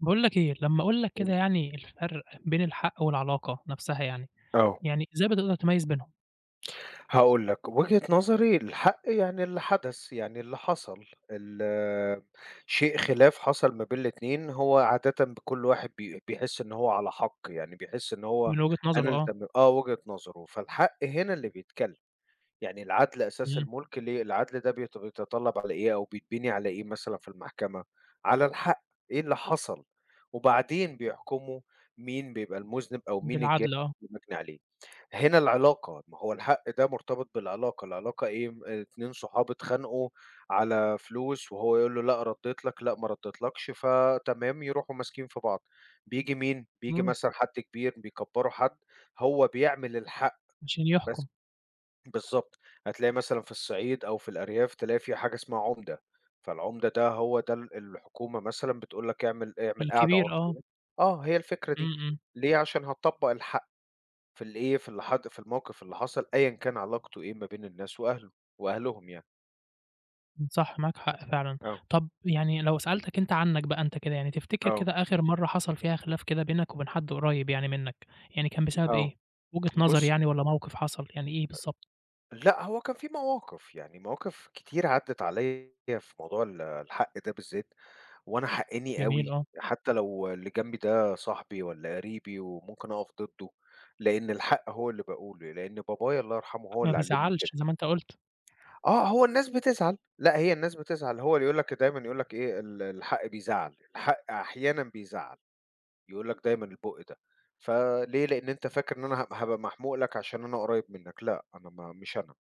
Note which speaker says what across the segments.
Speaker 1: باقول لك إيه، لمّا أقول لك كده
Speaker 2: إمم.
Speaker 1: يعني الفرق بين الحق والعلاقة نفسها يعني،
Speaker 2: آه،
Speaker 1: يعني إزاي بتقدر تميّز بينهم؟
Speaker 2: هاقول لك وجهة نظري الحق يعني اللي حدث، يعني اللي حصل، ال شيء خلاف حصل ما بين الاتنين هو عادةً كل واحد بيحس إن هو على حق، يعني بيحس إن هو
Speaker 1: من وجهة
Speaker 2: أنا
Speaker 1: نظره
Speaker 2: اللي
Speaker 1: آه،
Speaker 2: تم وجهة نظره، فالحق هنا اللي بيتكلم، يعني العدل أساس
Speaker 1: إمم،
Speaker 2: الملك ليه العدل ده بيتطلب على إيه أو بيتبني على إيه مثلًا في المحكمة؟ على الحق، إيه اللي حصل؟ وبعدين بيحكموا مين بيبقى المذنب أو مين الجاني
Speaker 1: بالعدل آه،
Speaker 2: المجني عليه. هنا العلاقة، ما هو الحق ده مرتبط بالعلاقة، العلاقة إيه، 2 صحاب اتخانقوا على فلوس وهو يقول له: "لأ ردّيت لك، لأ ما ردّيتلكش." فتمام، يروحوا ماسكين في بعض. بييجي مين، بييجي
Speaker 1: إمم،
Speaker 2: مثلًا حد كبير بيكبّروا حد، هو بيعمل الحق
Speaker 1: عشان يحكم،
Speaker 2: بس بالضبط. هتلاقي مثلًا في الصعيد أو في الأرياف تلاقي في حاجة اسمها عُمدة، فالعُمدة ده هو ده الحكومة مثلًا بتقول لك اعمل قاعدة
Speaker 1: الكبير آه،
Speaker 2: عُرفية آه، هي الفكرة
Speaker 1: إمم،
Speaker 2: دي،
Speaker 1: إمم،
Speaker 2: ليه، عشان هتطبّق الحق. في الإيه، في اللي حد في الموقف اللي حصل أيًا كان علاقته إيه ما بين الناس وأهله وأهلهم يعني.
Speaker 1: إمم، صح معاك حق فعلًا.
Speaker 2: آه،
Speaker 1: طب يعني لو سألتك أنت عنّك بقى أنت كده يعني، تفتكر
Speaker 2: آه،
Speaker 1: كده آخر مرّة حصل فيها خلاف كده بينك وبين حد قريب يعني منّك، يعني كان بسبب
Speaker 2: آه.
Speaker 1: إيه؟ وجهة نظر
Speaker 2: بُص،
Speaker 1: يعني والّا موقف حصل، يعني إيه بالضبط؟
Speaker 2: لأ هو كان في مواقف، يعني مواقف كتير عدّت عليّا في موضوع الحق ده بالذات، وأنا حقّيني
Speaker 1: جميل
Speaker 2: أوي،
Speaker 1: آه،
Speaker 2: حتى لو اللي جنبي ده صاحبي والّا قريبي وممكن أقف ضده، لإن الحق هو اللي باقوله، لإن بابايا الله يرحمه هو
Speaker 1: ما
Speaker 2: اللي علّمني
Speaker 1: بيزعّلش زي
Speaker 2: كده.
Speaker 1: ما أنت قُلت،
Speaker 2: آه، هو الناس بتزعل، لأ هي الناس بتزعل، هو اللي يقول لك دايمًا يقول لك إيه، الحق بيزعّل، الحق أحيانًا بيزعّل. يقول لك دايمًا البُق ده، فليه؟ لإن أنت فاكر إن أنا هابقى محموق لك عشان أنا قريب منك، لأ، أنا ما مش أنا،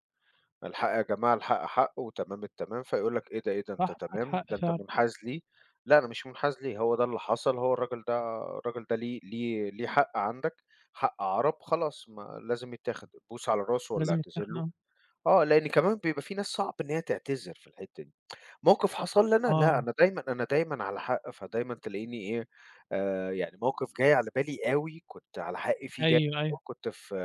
Speaker 2: الحق يا جماعة، الحق حق وتمام التمام، فيقول لك إيه ده، إيه ده، أنت
Speaker 1: صح معاك
Speaker 2: تمام،
Speaker 1: حق
Speaker 2: ده أنت
Speaker 1: فعلًا،
Speaker 2: منحاز ليه، لأ، أنا مش منحاز ليه، هو ده اللي حصل، هو الراجل ده ليه حق عندك، حق عرب، خلاص ما لازم يتاخد، بوس على راسه والّا
Speaker 1: لازم
Speaker 2: اعتذر
Speaker 1: يتاخد
Speaker 2: له،
Speaker 1: آه،
Speaker 2: آه، لإن كمان بيبقى في ناس صعب إن هي تعتذر في الحتة دي. موقف حصل لي أنا؟
Speaker 1: آه،
Speaker 2: لأ، أنا دايمًا على حق، فدايمًا تلاقيني إيه، يعني موقف جاي على بالي أوي كنت على حقي فيه جامد
Speaker 1: أيوه، أيوه.
Speaker 2: أوي، كنت في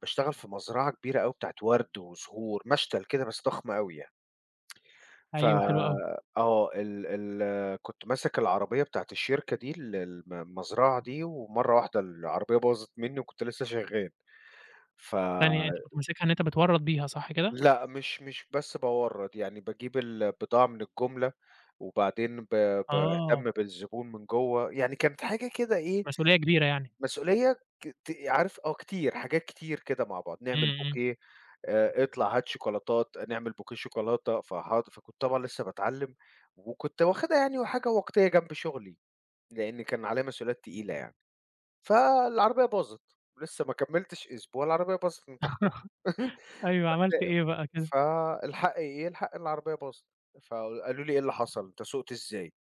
Speaker 2: باشتغل في مزرعة كبيرة أوي بتاعة ورد وزهور، مشتل كده بس ضخم أوي يعني. ف
Speaker 1: أيوه حلو أوي.
Speaker 2: آه، ال ال كنت ماسك العربية بتاعة الشركة دي ال الم المزرعة دي، ومرّة واحدة العربية باظت منّي وكنت لسه شغّال، ف
Speaker 1: تانية أنت كنت ماسكها إن أنت بتورّط بيها صح كده؟
Speaker 2: لأ، مش بس باوَرّد، يعني باجيب البضاعة من الجُملة، وبعدين
Speaker 1: آه،
Speaker 2: باهتم بالزبون من جوّه، يعني كانت حاجة كده إيه،
Speaker 1: مسؤولية كبيرة يعني.
Speaker 2: مسؤولية ك ت عارف آه كتير، حاجات كتير كده مع بعض،
Speaker 1: إمم،
Speaker 2: نعمل
Speaker 1: إمم.
Speaker 2: بوكيه اطلع هات شوكولاتات، نعمل بوكيه شوكولاتة، فحاض فكنت طبعًا لسه باتعلّم، وكنت واخدها يعني حاجة وقتية جنب شغلي، لإن كان عليّا مسؤوليات تقيلة يعني، فالعربية باظت، لسه ما كمّلتش أسبوع العربية باظت من تحتيّا
Speaker 1: أيوه، عملت إيه بقى كده؟
Speaker 2: فالحق إيه، الحق إن العربية باظت، فقالوا لي: "إيه اللي حصل؟ أنت سُقت إزاي؟"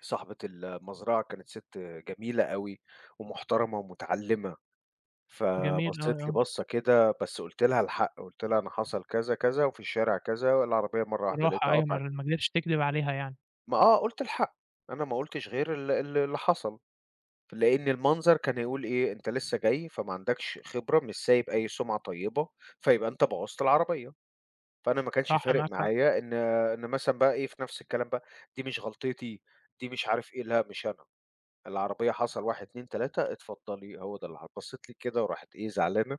Speaker 2: صاحبة المزرعة كانت ست جميلة أوي ومحترمة ومتعلمة،
Speaker 1: جميل أوي
Speaker 2: فبصّت لي
Speaker 1: آه،
Speaker 2: بصّة كده بس قُلت لها الحق، قُلت لها: "أنا حصل كذا، كذا وفي الشارع كذا والعربية مرّة واحدة
Speaker 1: بصراحة
Speaker 2: لقيتها
Speaker 1: أيوه
Speaker 2: قطعت."
Speaker 1: ما قدرتش تكدب عليها يعني،
Speaker 2: ما آه، قُلت الحق، أنا ما قُلتش غير ال ال اللي حصل، لإن المنظر كان هيقول إيه: "أنت لسه جاي فما عندكش خبرة، مش سايب أي سُمعة طيبة، فيبقى أنت بوّظت العربية." فأنا ما كانش
Speaker 1: صح
Speaker 2: فارق
Speaker 1: معاك حق،
Speaker 2: معايا إن مثلًا بقى إيه، في نفس الكلام بقى، دي مش غلطتي، دي مش عارف إيه، لأ مش أنا، العربية حصل 1، 2، 3 اتفضلي هو ده اللي بصّت لي كده وراحت إيه زعلانة،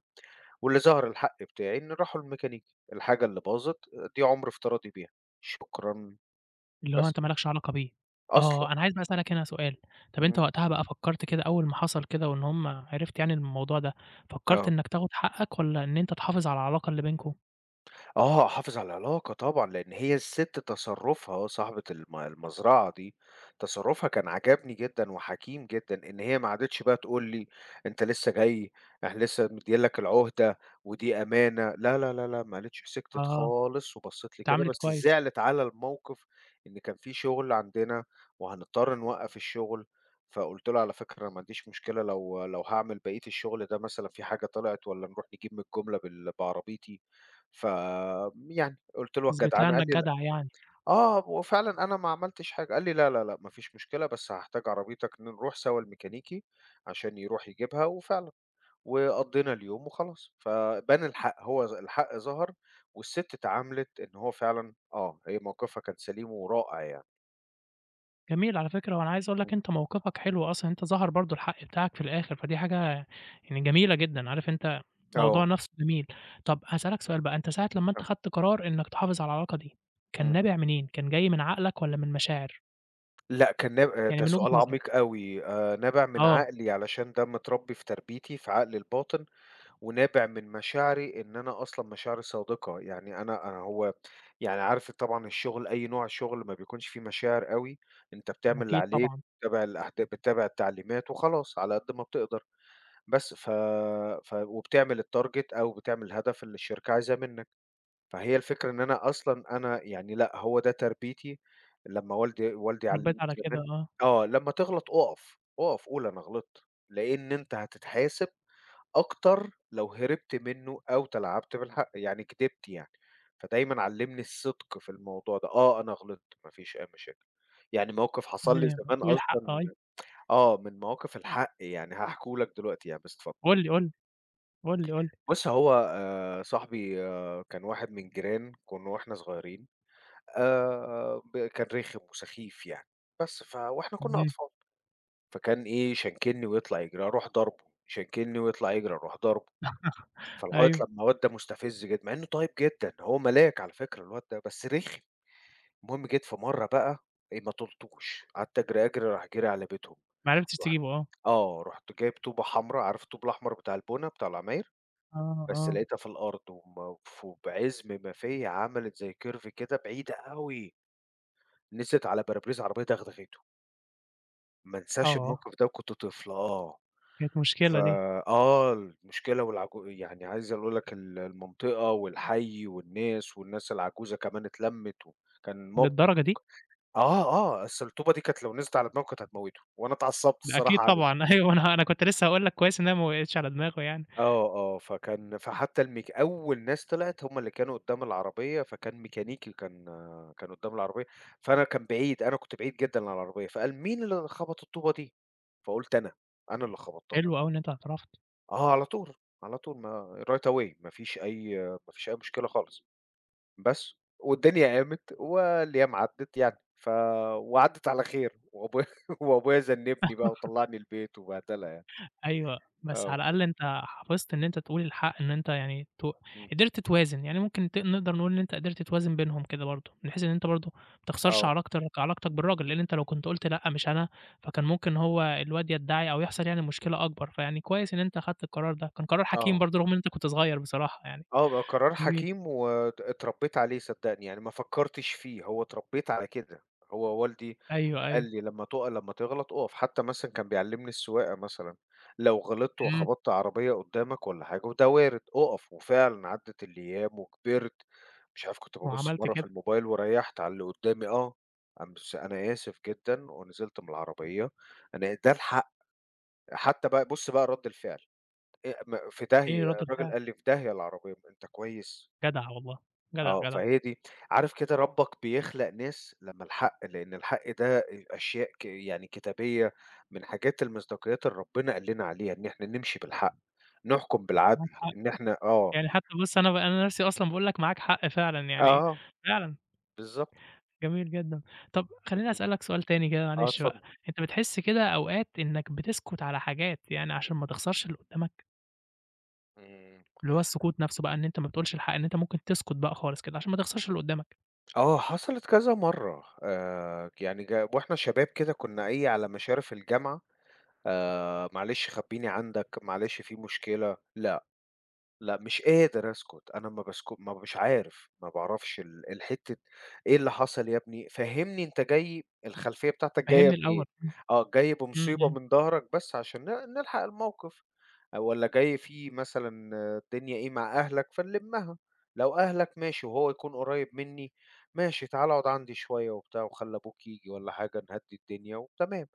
Speaker 2: واللي ظهر الحق بتاعي إن راحوا للميكانيكي، الحاجة اللي باظت دي عُمر افتراضي بيها، شكرًا،
Speaker 1: اللي هو
Speaker 2: بس،
Speaker 1: أنت ما لكش علاقة بيه.
Speaker 2: أصلًا،
Speaker 1: آه، أنا عايز بقى أسألك هنا سؤال، طَب أنت
Speaker 2: إمم،
Speaker 1: وقتها بقى فكّرت كده أول ما حصل كده وإن هم عرفت يعني الموضوع ده، فكّرت
Speaker 2: آه.
Speaker 1: إنك تاخد حقك والّا إن أنت تحافظ على العلاقة اللي بينكم؟
Speaker 2: آه، أحافظ على العلاقة طبعًا، لإن هي السِت تصرُّفها آه، صاحبة المزرعة دي، تصرُّفها كان عجبني جدًا وحكيم جدًا، إن هي ما عادتش بقى تقول لي: "أنت لسه جاي، إحنا لسه مدّيين لك العُهدة ودي أمانة." لا، لا، لا، لا، ما قالتش سكتت
Speaker 1: آه،
Speaker 2: خالص وبصّت لي كده،
Speaker 1: اتعاملت
Speaker 2: بس
Speaker 1: كويس،
Speaker 2: زعلِت على الموقِف إن كان في شُغل عندنا وهنضطر نوقّف الشُغل، فقُلت لها: "على فكرة ما عنديش مشكلة لو هاعمل بقية الشُغل ده مثلًا في حاجة طلعت والّا نروح نجيب من الجُملة بعربيتي." ف يعني قُلت له:
Speaker 1: تثبت لها
Speaker 2: "الجدعنة" قال
Speaker 1: إنك
Speaker 2: لي: "لأ."
Speaker 1: جدع يعني.
Speaker 2: آه، وفعلًا أنا ما عملتش حاجة، قال لي: "لا، لا، لأ، ما فيش مشكلة، بس هاحتاج عربيتك نروح سوا الميكانيكي عشان يروح يجيبها." وفعلًا، وقضّينا اليوم وخلاص، فبان الحق، هو الحق ظهر والسِت اتعاملت إن هو فعلًا آه، هي موقفها كان سليم ورائع يعني.
Speaker 1: جميل على فكرة، وأنا عايز أقول
Speaker 2: إمم.
Speaker 1: لك أنت موقفك حلو أصلًا، أنت ظهر برضه الحق بتاعك في الآخر، فدي حاجة يعني جميلة جدًا، عارف أنت الموضوع
Speaker 2: آه،
Speaker 1: نفسه جميل. طب هاسألك سؤال بقى، أنت ساعة لمّا أنت
Speaker 2: آه،
Speaker 1: خدت قرار إنك تحافظ على العلاقة دي، كان
Speaker 2: إمم.
Speaker 1: نابع منين؟ كان جاي من عقلك والّا من مشاعر؟
Speaker 2: لأ كان ناب
Speaker 1: يعني
Speaker 2: ده
Speaker 1: من وجهة
Speaker 2: سؤال
Speaker 1: نظرك.
Speaker 2: عميق أوي، نابع من
Speaker 1: آه،
Speaker 2: عقلي علشان ده متربّي في تربيتي، في عقلي الباطن. ونابع من مشاعري إن أنا أصلًا مشاعري صادقة، يعني أنا هو يعني عارف طبعًا الشغل أي نوع شغل ما بيكونش فيه مشاعر أوي، أنت بتعمل اللي
Speaker 1: أكيد
Speaker 2: عليك،
Speaker 1: طبعًا،
Speaker 2: بتتابع التعليمات وخلاص على قد ما بتقدر، بس ف ف وبتعمل الtarget أو بتعمل الهدف اللي الشركة عايزاه منك، فهي الفكرة إن أنا أصلًا أنا يعني لأ، هو ده تربيتي لمّا والدي
Speaker 1: اتربيت
Speaker 2: علّمني
Speaker 1: على كده
Speaker 2: زمان
Speaker 1: آه،
Speaker 2: آه، لمّا تغلط أُقف، أُقف قُل أنا غلطت، لإن أنت هتتحاسب أكتر لو هربت منّه أو تلاعبت بالحق، يعني كدبت يعني. فدايمًا علّمني الصدق في الموضوع ده، آه أنا غلطت ما فيش أي مشاكل. يعني موقف حصل
Speaker 1: ليه؟
Speaker 2: لي
Speaker 1: يعني؟
Speaker 2: زمان
Speaker 1: تقول الحق آه،
Speaker 2: أصلًا
Speaker 1: أيوه،
Speaker 2: آه، من مواقف الحق يعني هاحكيه لك دلوقتي يعني بس اتفضل.
Speaker 1: قُل لي، قُل لي، قُل لي، قُل لي.
Speaker 2: بُص هو صاحبي آه كان واحد من جيران كنا وإحنا صغيرين ب كان رخم وسخيف يعني، بس ف وإحنا كنا
Speaker 1: إمم،
Speaker 2: أطفال، فكان إيه، يشنكلني ويطلع يجري، أروح ضاربه، يشنكلني ويطلع يجري، أروح ضاربه. فلغاية
Speaker 1: أيوه،
Speaker 2: لمّا الواد ده مستفز جدًا، مع إنه طيب جدًا، هو ملاك على فكرة الواد ده، بس رخم. المهم جيت في مرّة بقى إيه، ما طُلتوش، قعدت أجري، أجري، راح جِري على بيتهم.
Speaker 1: ما عرفتش
Speaker 2: رُحت
Speaker 1: تجيبه آه،
Speaker 2: آه، رُحت جايب طوبة حمرا، عارف الطوب الأحمر بتاع البُنا، بتاع العماير؟
Speaker 1: آه،
Speaker 2: بس
Speaker 1: آه،
Speaker 2: لقيتها في الأرض وم ف بعِزم ما فيّا عملت زي curve كده بعيدة أوي، نزلت على باربريز عربية دغدغته. ما
Speaker 1: آه،
Speaker 2: انساش
Speaker 1: آه.
Speaker 2: الموقف ده وكنت طفل، آه.
Speaker 1: كانت
Speaker 2: ف
Speaker 1: مشكلة دي،
Speaker 2: آه، المشكلة والعجو يعني عايز أقول لك المنطقة والحي والناس، والناس العجوزة كمان اتلمّت وكان
Speaker 1: للدرجة دي!
Speaker 2: آه، آه، أصل الطوبة دي كانت لو نزلت على دماغه كانت هتموّته، وأنا اتعصبت
Speaker 1: ده أكيد
Speaker 2: الصراحة آه. عليه.
Speaker 1: طبعًا أيوه، أنا كنت لسه هاقول لك كويس إن هي ما وقعتش على دماغه يعني،
Speaker 2: آه، آه، فكان فحتى أول ناس طلعت هم اللي كانوا قدّام العربية، فكان ميكانيكي كان آه، كان قدّام العربية، فأنا كان بعيد، أنا كنت بعيد جدًا عن العربية، فقال: "مين اللي خبط الطوبة دي؟" فقُلت: "أنا، أنا اللي خبطتها."
Speaker 1: حلو أوي إن أنت اعترفت،
Speaker 2: على طول، على طول ما right away ما فيش أي مشكلة خالص، بس والدنيا قامت والأيام عدِّت يعني، وعدِّت على خير وأبويا وأبويا ذنِّبني بقى وطلّعني البيت وبهدلة يعني.
Speaker 1: أيوه، بس على
Speaker 2: آه،
Speaker 1: الأقل أنت حافظت إن أنت تقول الحق، إن أنت يعني
Speaker 2: إمم،
Speaker 1: قدرت توازن، يعني ممكن نقدر نقول إن أنت قدرت توازن بينهم كده برضه، من حيث إن أنت برضه ما تخسرش
Speaker 2: آه،
Speaker 1: علاقتك بالراجل، لأن أنت لو كنت قُلت لأ مش أنا، فكان ممكن هو الواد يدّعي أو يحصل يعني مشكلة أكبر، فيعني كويس إن أنت أخدت القرار ده، كان قرار حكيم
Speaker 2: آه،
Speaker 1: برضه رغم إن أنت كنت صغير بصراحة يعني،
Speaker 2: آه، بقى قرار
Speaker 1: جميل،
Speaker 2: حكيم اتربّيت عليه صدّقني، يعني ما فكّرتش فيه، هو اتربّيت على كده، هو والدي
Speaker 1: أيوه،
Speaker 2: قال
Speaker 1: أيوه،
Speaker 2: لي: "لمّا لمّا تغلط أُقف." حتى مثلًا كان بيعلّمني السواقة مثلًا، لو غلطت
Speaker 1: إمم،
Speaker 2: وخبطت عربية قدّامك والّا حاجة وده وارد، أُقف، وفعلًا عدّت الأيام وكبرت، مش عارف كنت بابُص
Speaker 1: وعملت
Speaker 2: مرّه في
Speaker 1: كده،
Speaker 2: الموبايل وريّحت على اللي قدّامي آه، I'm س أنا آسف جدًا ونزلت من العربية، أنا ده الحق. حتى بقى بُص بقى رَد الفعل، أ م في
Speaker 1: إيه
Speaker 2: داهية
Speaker 1: رد
Speaker 2: الراجل
Speaker 1: الفعل؟
Speaker 2: قال لي: "في داهية العربية." "أنت كويس؟"
Speaker 1: جدع والله، جدع،
Speaker 2: آه،
Speaker 1: جدع.
Speaker 2: فهي دي عارف كده ربّك بيخلق ناس لمّا الحق لإن الحق ده أشياء يعني كتابية من حاجات المصداقيات اللي ربنا قال لنا عليها، إن إحنا نمشي بالحق، نحكم
Speaker 1: معاك
Speaker 2: بالعدل،
Speaker 1: حق،
Speaker 2: إن إحنا آه،
Speaker 1: يعني حتى بُص أنا أنا نفسي أصلًا باقول لك معاك حق فعلًا، يعني
Speaker 2: آه،
Speaker 1: فعلًا
Speaker 2: بالضبط،
Speaker 1: جميل جدًا. طب خلّيني
Speaker 2: إمم،
Speaker 1: أسألك سؤال تاني كده
Speaker 2: آه،
Speaker 1: معلش بقى،
Speaker 2: اتفضل.
Speaker 1: أنت بتحس كده أوقات إنك بتسكت على حاجات يعني عشان ما تخسرش اللي قدّامك؟
Speaker 2: إمم،
Speaker 1: اللي هو السكوت نفسه بقى إن أنت ما بتقولش الحق، إن أنت ممكن تسكت بقى خالص كده عشان ما تخسرش اللي قدّامك،
Speaker 2: آه، حصلت كذا مرّة يعني وإحنا شباب كده كنا إيه على مشارف الجامعة معلش خبّيني عندك، معلش في مشكلة، لا لأ، مش قادر أسكت، أنا ما باسكت ما مش عارف، ما باعرفش الحتة إيه اللي حصل يا ابني، فهّمني أنت جاي الخلفية بتاعتك جاية
Speaker 1: فهمني
Speaker 2: بإيه،
Speaker 1: الأول.
Speaker 2: آه، جاي
Speaker 1: إمم،
Speaker 2: بمصيبة
Speaker 1: إمم،
Speaker 2: من ضهرك بس عشان نلحق الموقف، والّا جاي في مثلًا آه، الدنيا إيه مع أهلك فنلمّها، لو أهلك ماشي وهو يكون قريب مني، ماشي تعالَ اقعد عندي شوية وبتاع وخلّي أبوك ييجي والّا حاجة نهدّي الدنيا وتمام،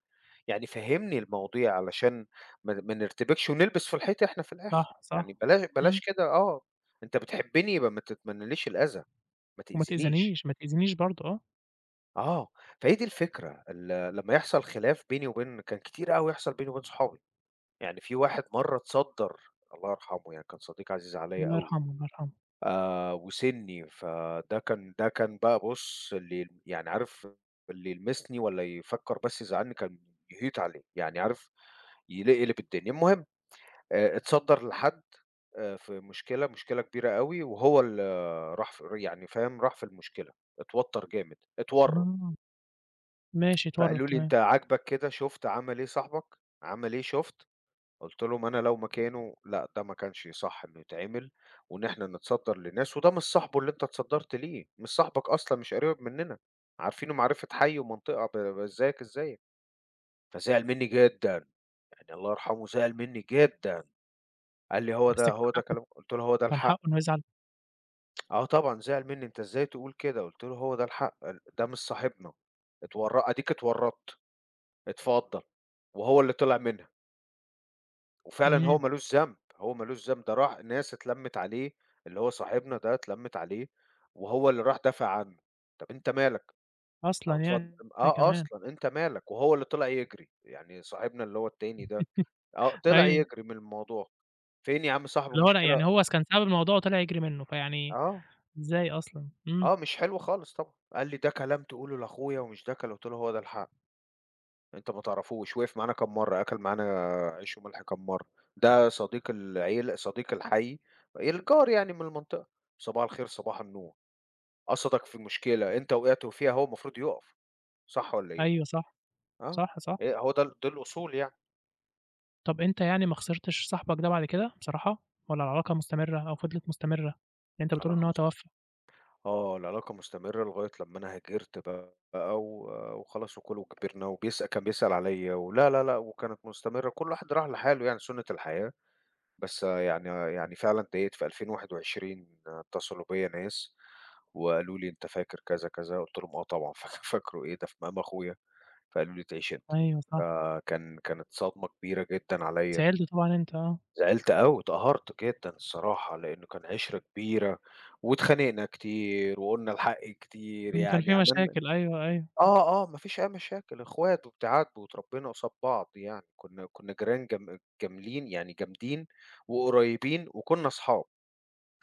Speaker 2: يعني فهّمني المواضيع علشان ما نرتبكش ونلبس في الحيط إحنا في الآخر.
Speaker 1: صح، صح،
Speaker 2: يعني بلاش
Speaker 1: إمم،
Speaker 2: بلاش كده، آه، أنت بتحبّني يبقى ما تتمنّاليش الأذى، ما
Speaker 1: وما
Speaker 2: تأذينيش.
Speaker 1: تأذينيش، ما تأذينيش برضه آه،
Speaker 2: آه، فهي دي الفكرة ال لمّا يحصل خلاف بيني وبين كتير أوي يحصل بيني وبين صحابي. يعني في واحد مرّة اتصدّر الله يرحمه، يعني كان صديق عزيز عليّا
Speaker 1: الله
Speaker 2: أوي.
Speaker 1: يرحمه، الله يرحمه.
Speaker 2: وسِنّي فده كان ده كان بقى بُص، اللي يعني عارف، اللي يلمسني والّا يفكّر بس يزعّلني كان يهيط عليه، يعني عارف يقلب الدنيا. المهم اتصدّر لحد في مشكلة، مشكلة كبيرة أوي، وهو ال راح ف يعني فاهم، راح في المشكلة، اتوتّر جامد، اتورّط.
Speaker 1: آه، ماشي اتورّط
Speaker 2: فقالوا لي:
Speaker 1: تمام،
Speaker 2: "أنت عاجبك كده، شُفت عمل إيه صاحبك، عمل إيه شُفت؟" قُلت لهم: "أنا لو مكانه لأ، ده ما كانش صح إنه يتعمل، وإن إحنا نتصدّر لناس، وده مش صاحبه اللي أنت اتصدّرت ليه، مش صاحبك أصلًا، مش قريبك مننا، عارفينه معرفة حي ومنطقة ب ب زيّك زيّك." فزعل منّي جدًا، يعني الله يرحمه زعل منّي جدًا. قال لي: "هو
Speaker 1: بس
Speaker 2: ده
Speaker 1: كان
Speaker 2: هو ده
Speaker 1: حقه،
Speaker 2: كلامك؟" قُلت له: "هو ده
Speaker 1: كان حقه
Speaker 2: الحق."
Speaker 1: إنه يزعل،
Speaker 2: آه طبعًا زعل منّي، أنت إزاي تقول كده؟ قُلت له: "هو ده الحق، ال ده مش صاحبنا، أديك اتورّطت، اتفضّل." وهو اللي طلع منها، وفعلًا هو
Speaker 1: إمم،
Speaker 2: ما لوش ذنب، هو ما لوش ذنب، ده راح ناس اتلمّت عليه، اللي هو صاحبنا ده اتلمّت عليه، وهو اللي راح دافع عنّه. طَب أنت مالك؟
Speaker 1: أصلًا
Speaker 2: أو اتفضّل.
Speaker 1: يعني
Speaker 2: آه
Speaker 1: كمان.
Speaker 2: أصلًا، أنت مالك؟ وهو اللي طلع يجري، يعني صاحبنا اللي هو التاني ده، آه طلع
Speaker 1: أيوه،
Speaker 2: يجري من الموضوع. فين يا عم صاحبه
Speaker 1: اللي هو أنا يعني
Speaker 2: مشكلة؟
Speaker 1: هو كان سبب الموضوع وطلع يجري منّه، فيعني
Speaker 2: آه.
Speaker 1: إزاي أصلًا؟ إمم،
Speaker 2: آه، مش حلو خالص طبعًا، قال لي: "ده كلام تقوله لأخويا ومش ده كلا" قُلت له: "هو ده الحق، أنت ما تعرفوش، وقف معانا كام مرّة، أكل معانا عيش وملح كام مرّة، ده صديق العيل صديق الحي، الجار يعني من المنطقة، صباح الخير صباح النور، قصدك في مشكلة أنت وقعت فيها هو المفروض يُقف، صح والّا إيه؟
Speaker 1: أيوه صح،
Speaker 2: آه،
Speaker 1: صح، صح.
Speaker 2: هو ده دي الأصول يعني."
Speaker 1: طَب أنت يعني ما خسرتش صاحبك ده بعد كده بصراحة، والّا العلاقة مستمرة أو فضلت مستمرة؟ يعني أنت بتقول
Speaker 2: على
Speaker 1: إن هو توفّى،
Speaker 2: آه، العلاقة مستمرة لغاية لمّا أنا هاجرت، بقى و وخلاص وكبرنا، وبيسأل بيسأل عليّا ولا، لا، لأ، وكانت مستمرة، كل واحد راح لحاله يعني سُنّة الحياة. بس آه، يعني فعلًا اتضايقت في 2021 اتصلوا بيّا ناس وقالوا لي: "أنت فاكر كذا، كذا؟" قُلت لهم: "آه طبعًا فاكره إيه ده في مقام أخويا." فقالوا لي: "تعيش أنت."
Speaker 1: أيوه صح،
Speaker 2: فكان كانت صدمة كبيرة جدًا عليّا.
Speaker 1: زعلت طبعًا أنت آه،
Speaker 2: زعلت أوي، اتقهرت جدًا الصراحة، لإنه كان عِشرة كبيرة واتخانقنا كتير وقُلنا الحق كتير،
Speaker 1: إمم، كان
Speaker 2: يعني
Speaker 1: في
Speaker 2: عملنا
Speaker 1: مشاكل أيوه، أيوه،
Speaker 2: آه، آه، ما فيش أي مشاكل، إخوات وبتاع د واتربّينا قصاد بعض يعني. كُنّا جيران جاملين يعني جامدين وقريّبين، وكُنّا أصحاب،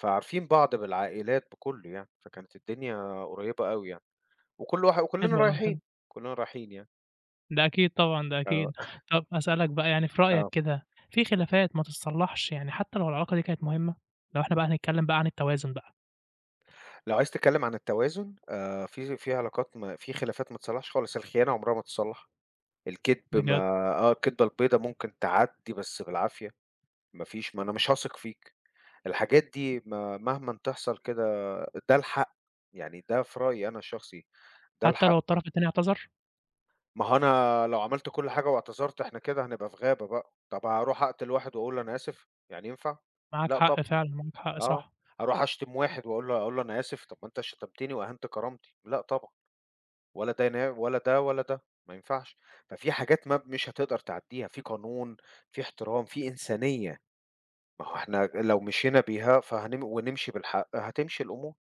Speaker 2: فعارفين بعض بالعائلات بكُلّه يعني، فكانت الدنيا قريّبة أوي يعني، وكل واحد وكُلّنا
Speaker 1: حلو أوي، حلو،
Speaker 2: رايحين، كُلّنا رايحين يعني.
Speaker 1: ده أكيد طبعًا، ده
Speaker 2: آه،
Speaker 1: أكيد. طَب أسألك بقى يعني في رأيك
Speaker 2: آه.
Speaker 1: كده، في خلافات ما تتصلّحش يعني حتى لو العلاقة دي كانت مهمة؟ لو إحنا بقى هنتكلّم بقى عن التوازن بقى،
Speaker 2: لو عايز تتكلّم عن التوازن، في علاقات ما في خلافات ما تتصلّحش خالص، الخيانة عمرها ما تتصلّح. الكدب ما
Speaker 1: بجد،
Speaker 2: آه، الكدبة البيضا ممكن تعدّي بس بالعافية، ما فيش، ما أنا مش هاثق فيك، الحاجات دي ما مهمًا تحصل كده، ده الحق، يعني ده في رأيي أنا الشخصي، ده
Speaker 1: حتى لو
Speaker 2: الحق.
Speaker 1: الطرف التاني اعتذر؟
Speaker 2: ما هو أنا لو عملت كل حاجة واعتذرت إحنا كده هنبقى في غابة بقى، طب هاروح أقتل واحد وأقول له أنا آسف، يعني ينفع؟
Speaker 1: معاك
Speaker 2: لأ طبعًا.
Speaker 1: حق فعلًا، معاك حق،
Speaker 2: آه،
Speaker 1: صح.
Speaker 2: هاروح أشتم واحد وأقول له أقول له أنا آسف، طب ما أنت شتمتني وأهنت كرامتي، لأ طبعًا. ولا ده ولا ده ولا ده، ما ينفعش. ففي حاجات ما مش هتقدر تعدّيها، في قانون، في احترام، في إنسانية. ما هو إحنا لو مشينا بيها فهنم ونمشي بالحق هتمشي الأمور،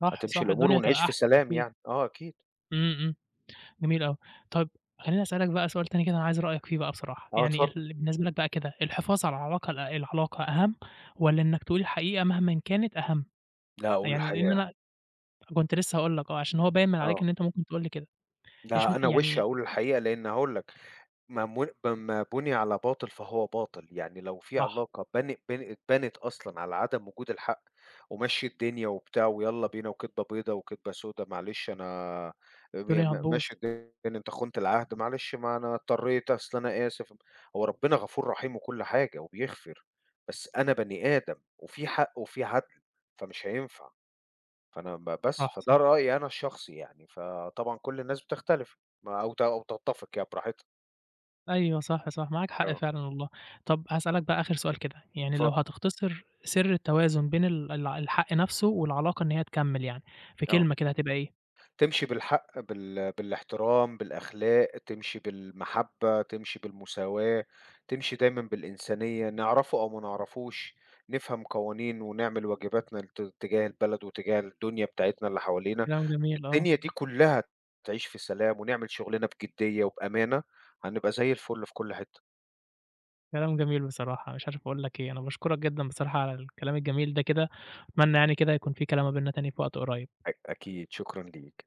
Speaker 1: صح،
Speaker 2: هتمشي
Speaker 1: صح،
Speaker 2: الأمور
Speaker 1: الدنيا
Speaker 2: ونعيش
Speaker 1: هتبقى
Speaker 2: في
Speaker 1: أحسن
Speaker 2: سلام
Speaker 1: أكيد.
Speaker 2: يعني. آه أكيد.
Speaker 1: إمم، إمم، جميل أوي. طيب خلّيني أسألك بقى سؤال تاني كده أنا عايز رأيك فيه بقى بصراحة،
Speaker 2: آه
Speaker 1: يعني
Speaker 2: اتفضل.
Speaker 1: بالنسبة لك بقى كده الحفاظ على العلاقة العلاقة أهم والّا إنك تقول الحقيقة مهمًا كانت أهم؟
Speaker 2: لا أقول
Speaker 1: يعني لإن
Speaker 2: الحقيقة.
Speaker 1: أنا كنت لسه هاقول لك آه، عشان هو باين من عليك
Speaker 2: آه.
Speaker 1: إن أنت ممكن تقول لي كده،
Speaker 2: لا أنا وِش
Speaker 1: يعني
Speaker 2: أقول الحقيقة، لإن هاقول لك معمول ما بُني على باطل فهو باطل، يعني لو في
Speaker 1: صح،
Speaker 2: علاقة بن بن اتبنت أصلًا على عدم وجود الحق ومشي الدنيا وبتاع ويالّا بينا وكدبة بيضا وكدبة سودا معلش أنا م
Speaker 1: الدنيا
Speaker 2: م
Speaker 1: هتبوظ.
Speaker 2: ماشي الدنيا، أنت خُنت العهد معلش ما أنا اضطريت أصل أنا آسف، هو ربنا غفور رحيم وكل حاجة وبيغفر، بس أنا بني آدم وفي حق وفي عدل، فمش هينفع. فأنا بس
Speaker 1: صح،
Speaker 2: فده
Speaker 1: صح،
Speaker 2: رأيي أنا الشخصي يعني، فطبعًا كل الناس بتختلف ما أو تتفق يعني براحتها.
Speaker 1: أيوه صح، صح، معاك حق
Speaker 2: آه،
Speaker 1: فعلًا والله. طب هاسألك بقى آخر سؤال كده، يعني لو
Speaker 2: اتفضل.
Speaker 1: هتختصر سر التوازن بين ال الع الحق نفسه والعلاقة إن هي تكمّل يعني، في
Speaker 2: آه،
Speaker 1: كلمة كده هتبقى إيه؟
Speaker 2: تمشي بالحق، بالاحترام، بالأخلاق، تمشي بالمحبة، تمشي بالمساواة، تمشي دايمًا بالإنسانية، نعرفه أو ما نعرفوش، نفهم قوانين ونعمل واجباتنا تجاه البلد وتجاه الدنيا بتاعتنا اللي حوالينا،
Speaker 1: كلام جميل آه،
Speaker 2: الدنيا دي كلها تعيش في سلام ونعمل شغلنا بجدية وبأمانة، هنبقى زي الفل في كل حتة.
Speaker 1: كلام جميل بصراحة، مش عارف أقول لك إيه، أنا باشكرك جدًا بصراحة على الكلام الجميل ده كده، أتمنى يعني كده يكون في كلام ما بيننا تاني في وقت قريب.
Speaker 2: أكيد، شكرًا ليك.